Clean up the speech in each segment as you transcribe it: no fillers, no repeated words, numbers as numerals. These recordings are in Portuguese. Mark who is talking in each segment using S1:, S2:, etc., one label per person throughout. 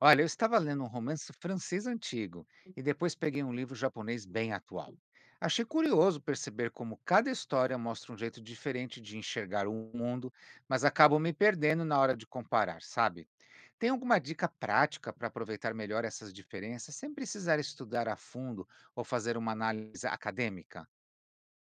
S1: Olha, eu estava lendo um romance francês antigo e depois peguei um livro japonês bem atual. Achei curioso perceber como cada história mostra um jeito diferente de enxergar o mundo, mas acabo me perdendo na hora de comparar, sabe? Tem alguma dica prática para aproveitar melhor essas diferenças sem precisar estudar a fundo ou fazer uma análise acadêmica?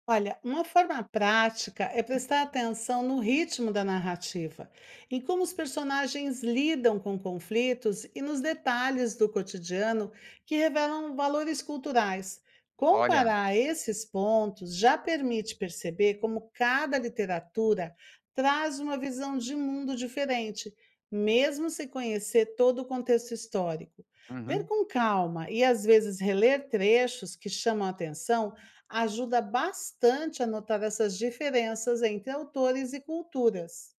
S2: Olha, uma forma prática é prestar atenção no ritmo da narrativa, em como os personagens lidam com conflitos e nos detalhes do cotidiano que revelam valores culturais.
S1: Olha,
S2: Comparar esses pontos já permite perceber como cada literatura traz uma visão de mundo diferente, mesmo sem conhecer todo o contexto histórico. Ler
S1: uhum.
S2: com calma e às vezes reler trechos que chamam a atenção ajuda bastante a notar essas diferenças entre autores e culturas.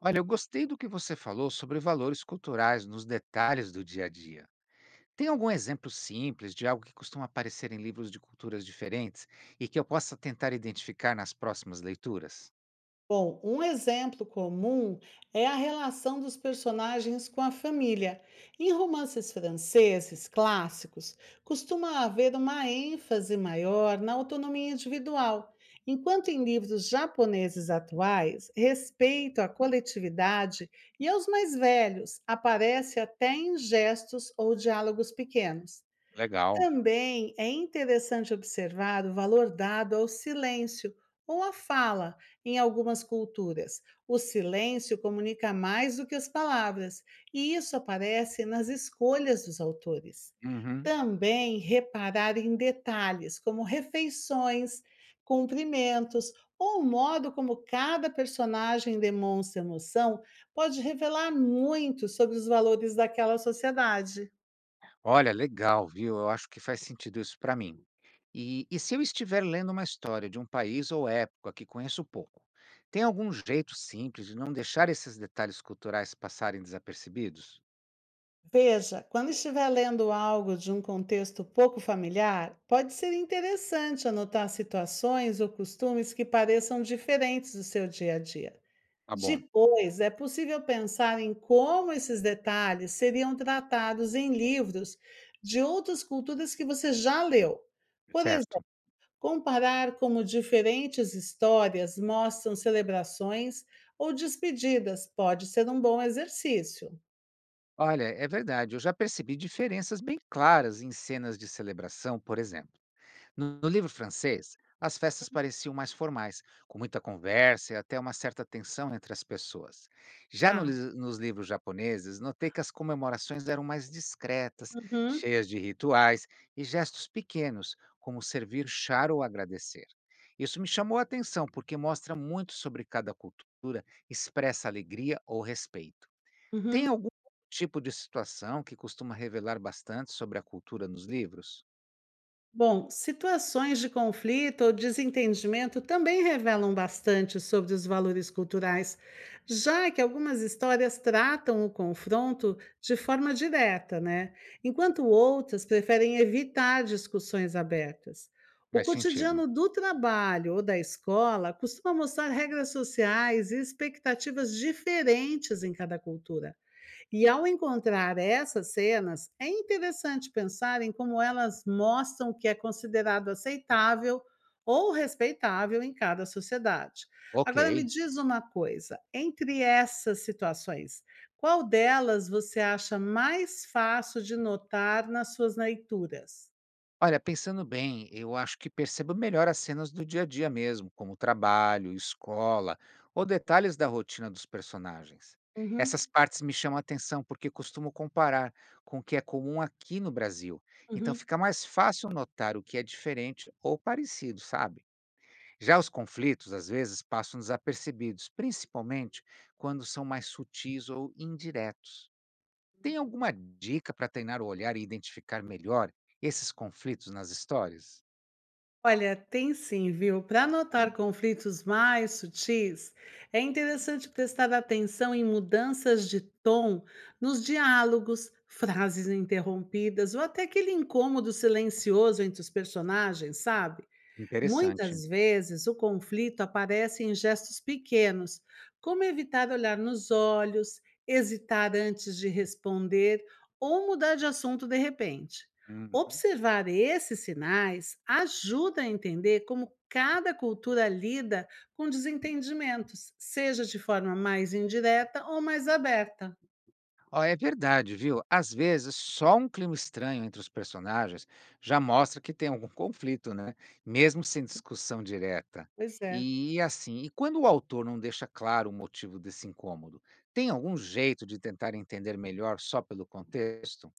S1: Olha, eu gostei do que você falou sobre valores culturais nos detalhes do dia a dia. Tem algum exemplo simples de algo que costuma aparecer em livros de culturas diferentes e que eu possa tentar identificar nas próximas leituras?
S2: Bom, um exemplo comum é a relação dos personagens com a família. Em romances franceses clássicos, costuma haver uma ênfase maior na autonomia individual, enquanto em livros japoneses atuais, respeito à coletividade e aos mais velhos aparece até em gestos ou diálogos pequenos.
S1: Legal.
S2: Também é interessante observar o valor dado ao silêncio ou à fala em algumas culturas. O silêncio comunica mais do que as palavras, e isso aparece nas escolhas dos autores.
S1: Uhum.
S2: Também reparar em detalhes, como refeições, cumprimentos ou o modo como cada personagem demonstra emoção, pode revelar muito sobre os valores daquela sociedade.
S1: Olha, legal, viu? Eu acho que faz sentido isso para mim. E se eu estiver lendo uma história de um país ou época que conheço pouco, tem algum jeito simples de não deixar esses detalhes culturais passarem desapercebidos?
S2: Veja, quando estiver lendo algo de um contexto pouco familiar, pode ser interessante anotar situações ou costumes que pareçam diferentes do seu dia a dia.
S1: Tá bom.
S2: Depois, é possível pensar em como esses detalhes seriam tratados em livros de outras culturas que você já leu. Por exemplo,
S1: Certo.
S2: comparar como diferentes histórias mostram celebrações ou despedidas pode ser um bom exercício.
S1: Olha, é verdade, eu já percebi diferenças bem claras em cenas de celebração, por exemplo. No livro francês, as festas pareciam mais formais, com muita conversa e até uma certa tensão entre as pessoas. Já no
S2: Tá.
S1: lis- nos livros japoneses, notei que as comemorações eram mais discretas,
S2: Uhum,
S1: cheias de rituais e gestos pequenos, como servir chá ou agradecer. Isso me chamou a atenção porque mostra muito sobre cada cultura, expressa alegria ou respeito. Tem
S2: uhum.
S1: algum tipo de situação que costuma revelar bastante sobre a cultura nos livros?
S2: Bom, situações de conflito ou desentendimento também revelam bastante sobre os valores culturais, já que algumas histórias tratam o confronto de forma direta, né? Enquanto outras preferem evitar discussões abertas. O
S1: Faz sentido.
S2: cotidiano do trabalho ou da escola costuma mostrar regras sociais e expectativas diferentes em cada cultura. E ao encontrar essas cenas, é interessante pensar em como elas mostram o que é considerado aceitável ou respeitável em cada sociedade.
S1: Ok.
S2: Agora me diz uma coisa, entre essas situações, qual delas você acha mais fácil de notar nas suas leituras?
S1: Olha, pensando bem, eu acho que percebo melhor as cenas do dia a dia mesmo, como trabalho, escola ou detalhes da rotina dos personagens.
S2: Uhum,
S1: Essas partes me chamam a atenção porque costumo comparar com o que é comum aqui no Brasil, então
S2: uhum.
S1: fica mais fácil notar o que é diferente ou parecido, sabe? Já os conflitos, às vezes, passam desapercebidos, principalmente quando são mais sutis ou indiretos. Tem alguma dica para treinar o olhar e identificar melhor esses conflitos nas histórias?
S2: Olha, tem sim, viu? Para notar conflitos mais sutis, é interessante prestar atenção em mudanças de tom nos diálogos, frases interrompidas ou até aquele incômodo silencioso entre os personagens, sabe?
S1: Interessante.
S2: Muitas vezes o conflito aparece em gestos pequenos, como evitar olhar nos olhos, hesitar antes de responder ou mudar de assunto de repente.
S1: Uhum.
S2: Observar esses sinais ajuda a entender como cada cultura lida com desentendimentos, seja de forma mais indireta ou mais aberta.
S1: Ó, é verdade, viu? Às vezes, só um clima estranho entre os personagens já mostra que tem algum conflito, né? Mesmo sem discussão direta.
S2: Pois é.
S1: E assim, e quando o autor não deixa claro o motivo desse incômodo, tem algum jeito de tentar entender melhor só pelo contexto?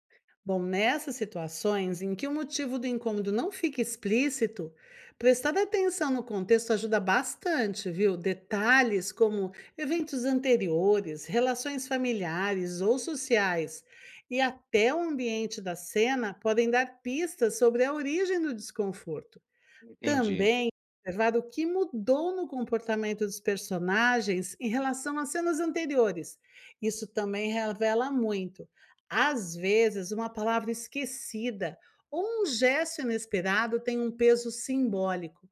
S2: Bom, nessas situações em que o motivo do incômodo não fica explícito, prestar atenção no contexto ajuda bastante, viu? Detalhes como eventos anteriores, relações familiares ou sociais e até o ambiente da cena podem dar pistas sobre a origem do desconforto.
S1: Entendi.
S2: Também é observado o que mudou no comportamento dos personagens em relação às cenas anteriores. Isso também revela muito. Às vezes, uma palavra esquecida ou um gesto inesperado tem um peso simbólico.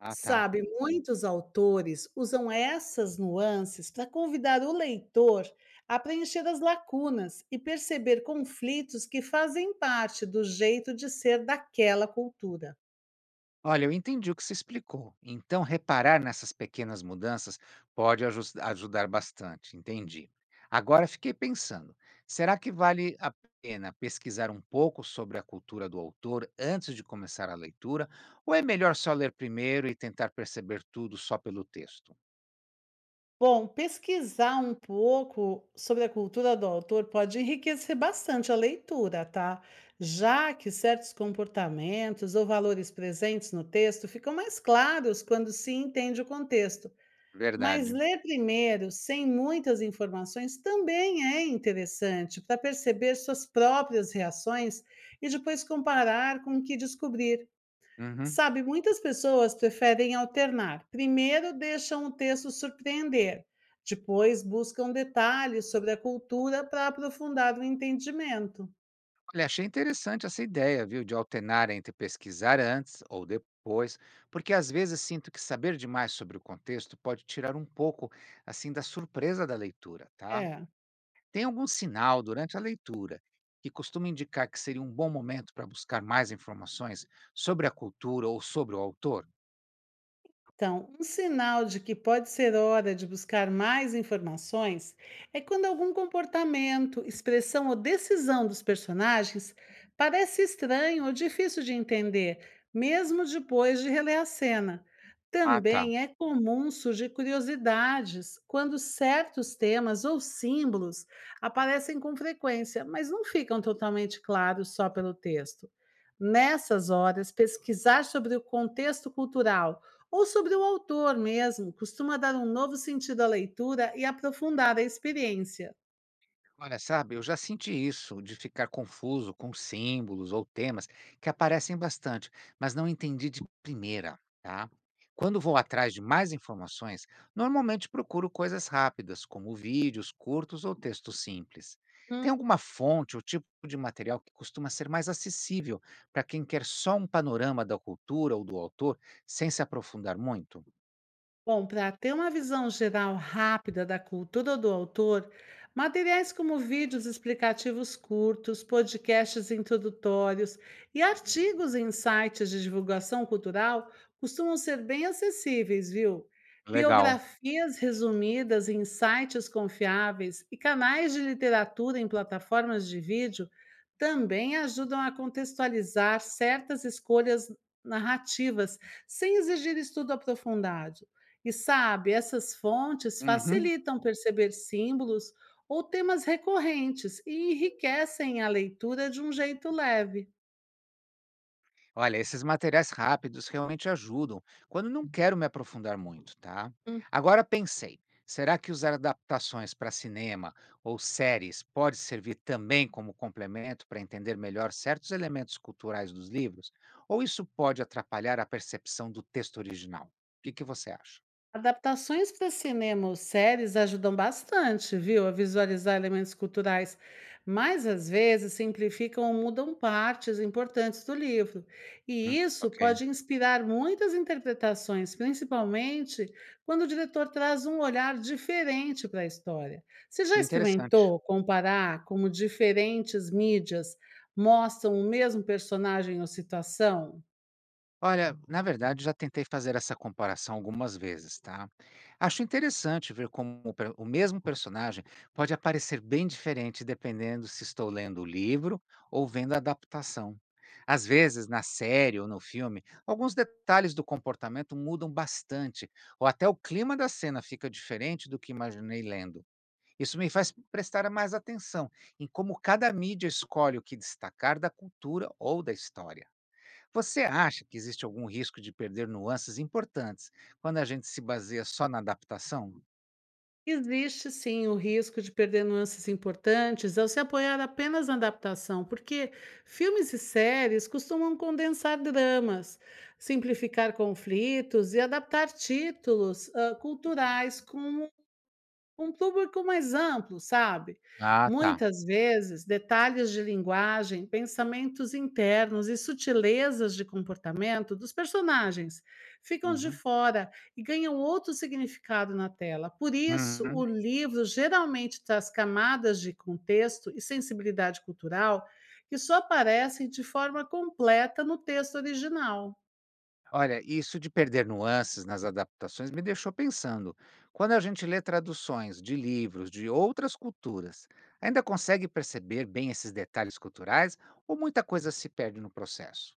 S1: Ah, tá.
S2: Sabe, muitos autores usam essas nuances para convidar o leitor a preencher as lacunas e perceber conflitos que fazem parte do jeito de ser daquela cultura.
S1: Olha, eu entendi o que você explicou. Então, reparar nessas pequenas mudanças pode ajudar bastante, entendi. Agora fiquei pensando, será que vale a pena pesquisar um pouco sobre a cultura do autor antes de começar a leitura, ou é melhor só ler primeiro e tentar perceber tudo só pelo texto?
S2: Bom, pesquisar um pouco sobre a cultura do autor pode enriquecer bastante a leitura, tá? Já que certos comportamentos ou valores presentes no texto ficam mais claros quando se entende o contexto. Mas
S1: Verdade.
S2: ler primeiro, sem muitas informações, também é interessante para perceber suas próprias reações e depois comparar com o que descobrir.
S1: Uhum.
S2: Sabe, muitas pessoas preferem alternar. Primeiro deixam o texto surpreender, depois buscam detalhes sobre a cultura para aprofundar o entendimento.
S1: Olha, achei interessante essa ideia, viu, de alternar entre pesquisar antes ou depois, porque às vezes sinto que saber demais sobre o contexto pode tirar um pouco, assim, da surpresa da leitura, tá?
S2: É.
S1: Tem algum sinal durante a leitura que costuma indicar que seria um bom momento para buscar mais informações sobre a cultura ou sobre o autor?
S2: Então, um sinal de que pode ser hora de buscar mais informações é quando algum comportamento, expressão ou decisão dos personagens parece estranho ou difícil de entender, mesmo depois de reler a cena.
S1: Ah, tá.
S2: Também é comum surgir curiosidades quando certos temas ou símbolos aparecem com frequência, mas não ficam totalmente claros só pelo texto. Nessas horas, pesquisar sobre o contexto cultural ou sobre o autor mesmo, costuma dar um novo sentido à leitura e aprofundar a experiência.
S1: Olha, sabe, eu já senti isso, de ficar confuso com símbolos ou temas que aparecem bastante, mas não entendi de primeira, tá? Quando vou atrás de mais informações, normalmente procuro coisas rápidas, como vídeos curtos ou textos simples. Tem alguma fonte ou tipo de material que costuma ser mais acessível para quem quer só um panorama da cultura ou do autor, sem se aprofundar muito?
S2: Bom, para ter uma visão geral rápida da cultura do autor, materiais como vídeos explicativos curtos, podcasts introdutórios e artigos em sites de divulgação cultural costumam ser bem acessíveis, viu?
S1: Legal.
S2: Biografias resumidas em sites confiáveis e canais de literatura em plataformas de vídeo também ajudam a contextualizar certas escolhas narrativas sem exigir estudo aprofundado. E sabe, essas fontes
S1: Uhum.
S2: facilitam perceber símbolos ou temas recorrentes e enriquecem a leitura de um jeito leve.
S1: Olha, esses materiais rápidos realmente ajudam, quando não quero me aprofundar muito, tá? Agora pensei, será que usar adaptações para cinema ou séries pode servir também como complemento para entender melhor certos elementos culturais dos livros? Ou isso pode atrapalhar a percepção do texto original? O que que você acha?
S2: Adaptações para cinema ou séries ajudam bastante, viu, a visualizar elementos culturais, mas às vezes simplificam ou mudam partes importantes do livro. E
S1: Hum,
S2: isso
S1: ok.
S2: pode inspirar muitas interpretações, principalmente quando o diretor traz um olhar diferente para a história. Você já
S1: Interessante.
S2: experimentou comparar como diferentes mídias mostram o mesmo personagem ou situação?
S1: Olha, na verdade, já tentei fazer essa comparação algumas vezes, tá? Acho interessante ver como o mesmo personagem pode aparecer bem diferente dependendo se estou lendo o livro ou vendo a adaptação. Às vezes, na série ou no filme, alguns detalhes do comportamento mudam bastante, ou até o clima da cena fica diferente do que imaginei lendo. Isso me faz prestar mais atenção em como cada mídia escolhe o que destacar da cultura ou da história. Você acha que existe algum risco de perder nuances importantes quando a gente se baseia só na adaptação?
S2: Existe sim o risco de perder nuances importantes ao se apoiar apenas na adaptação, porque filmes e séries costumam condensar dramas, simplificar conflitos e adaptar títulos culturais com um público mais amplo, sabe?
S1: Ah, tá.
S2: Muitas vezes, detalhes de linguagem, pensamentos internos e sutilezas de comportamento dos personagens ficam de
S1: Uhum.
S2: fora e ganham outro significado na tela. Por isso,
S1: Uhum.
S2: o livro geralmente traz camadas de contexto e sensibilidade cultural que só aparecem de forma completa no texto original.
S1: Olha, isso de perder nuances nas adaptações me deixou pensando. Quando a gente lê traduções de livros de outras culturas, ainda consegue perceber bem esses detalhes culturais ou muita coisa se perde no processo?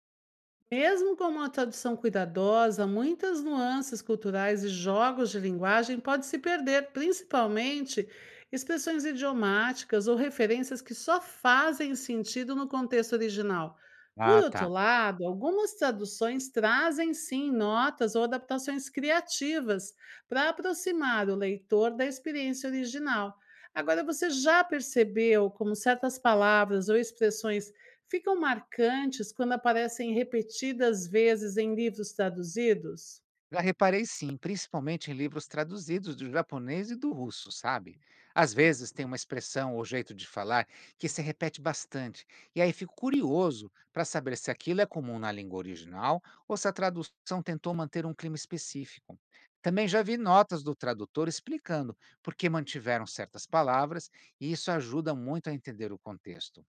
S2: Mesmo com uma tradução cuidadosa, muitas nuances culturais e jogos de linguagem podem se perder, principalmente expressões idiomáticas ou referências que só fazem sentido no contexto original. Por
S1: Ah,
S2: outro
S1: tá.
S2: lado, algumas traduções trazem sim notas ou adaptações criativas para aproximar o leitor da experiência original. Agora, você já percebeu como certas palavras ou expressões ficam marcantes quando aparecem repetidas vezes em livros traduzidos?
S1: Já reparei sim, principalmente em livros traduzidos do japonês e do russo, sabe? Às vezes tem uma expressão ou jeito de falar que se repete bastante, e aí fico curioso para saber se aquilo é comum na língua original ou se a tradução tentou manter um clima específico. Também já vi notas do tradutor explicando por que mantiveram certas palavras, e isso ajuda muito a entender o contexto.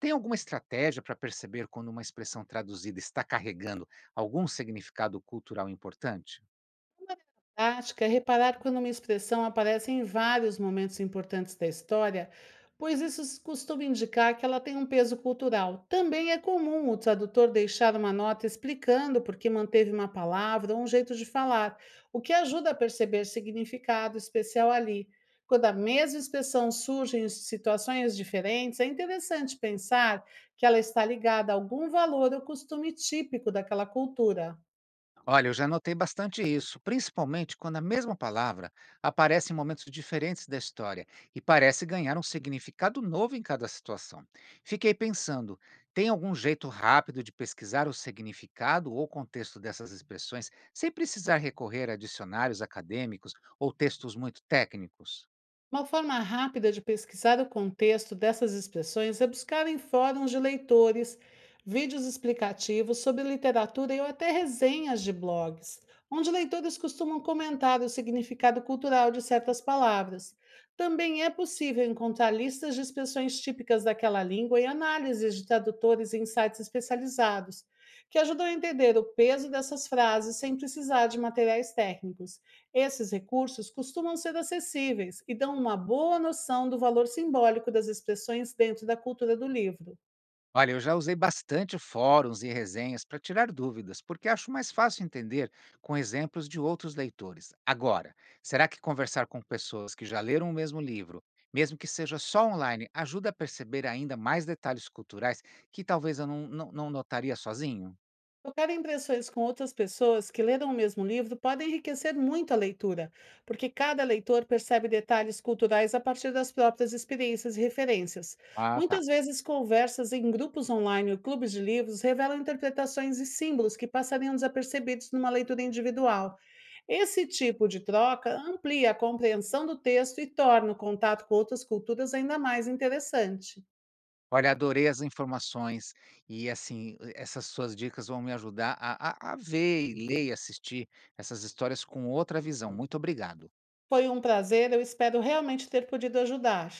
S1: Tem alguma estratégia para perceber quando uma expressão traduzida está carregando algum significado cultural importante?
S2: Prática é reparar quando uma expressão aparece em vários momentos importantes da história, pois costuma indicar que ela tem um peso cultural. Também é comum o tradutor deixar uma nota explicando por que manteve uma palavra ou um jeito de falar, o que ajuda a perceber significado especial ali. Quando a mesma expressão surge em situações diferentes, é interessante pensar que ela está ligada a algum valor ou costume típico daquela cultura.
S1: Olha, eu já notei bastante isso, principalmente quando a mesma palavra aparece em momentos diferentes da história e parece ganhar um significado novo em cada situação. Fiquei pensando, tem algum jeito rápido de pesquisar o significado ou contexto dessas expressões sem precisar recorrer a dicionários acadêmicos ou textos muito técnicos?
S2: Uma forma rápida de pesquisar o contexto dessas expressões é buscar em fóruns de leitores, vídeos explicativos sobre literatura e ou até resenhas de blogs, onde leitores costumam comentar o significado cultural de certas palavras. Também é possível encontrar listas de expressões típicas daquela língua e análises de tradutores em sites especializados, que ajudam a entender o peso dessas frases sem precisar de materiais técnicos. Esses recursos costumam ser acessíveis e dão uma boa noção do valor simbólico das expressões dentro da cultura do livro.
S1: Olha, eu já usei bastante fóruns e resenhas para tirar dúvidas, porque acho mais fácil entender com exemplos de outros leitores. Agora, será que conversar com pessoas que já leram o mesmo livro, mesmo que seja só online, ajuda a perceber ainda mais detalhes culturais que talvez eu não notaria sozinho?
S2: Trocar impressões com outras pessoas que leram o mesmo livro pode enriquecer muito a leitura, porque cada leitor percebe detalhes culturais a partir das próprias experiências e referências.
S1: Ah, tá.
S2: Muitas vezes, conversas em grupos online ou clubes de livros revelam interpretações e símbolos que passariam desapercebidos numa leitura individual. Esse tipo de troca amplia a compreensão do texto e torna o contato com outras culturas ainda mais interessante.
S1: Olha, adorei as informações e, assim, essas suas dicas vão me ajudar a ver, e ler e assistir essas histórias com outra visão. Muito obrigado.
S2: Foi um prazer, eu espero realmente ter podido ajudar.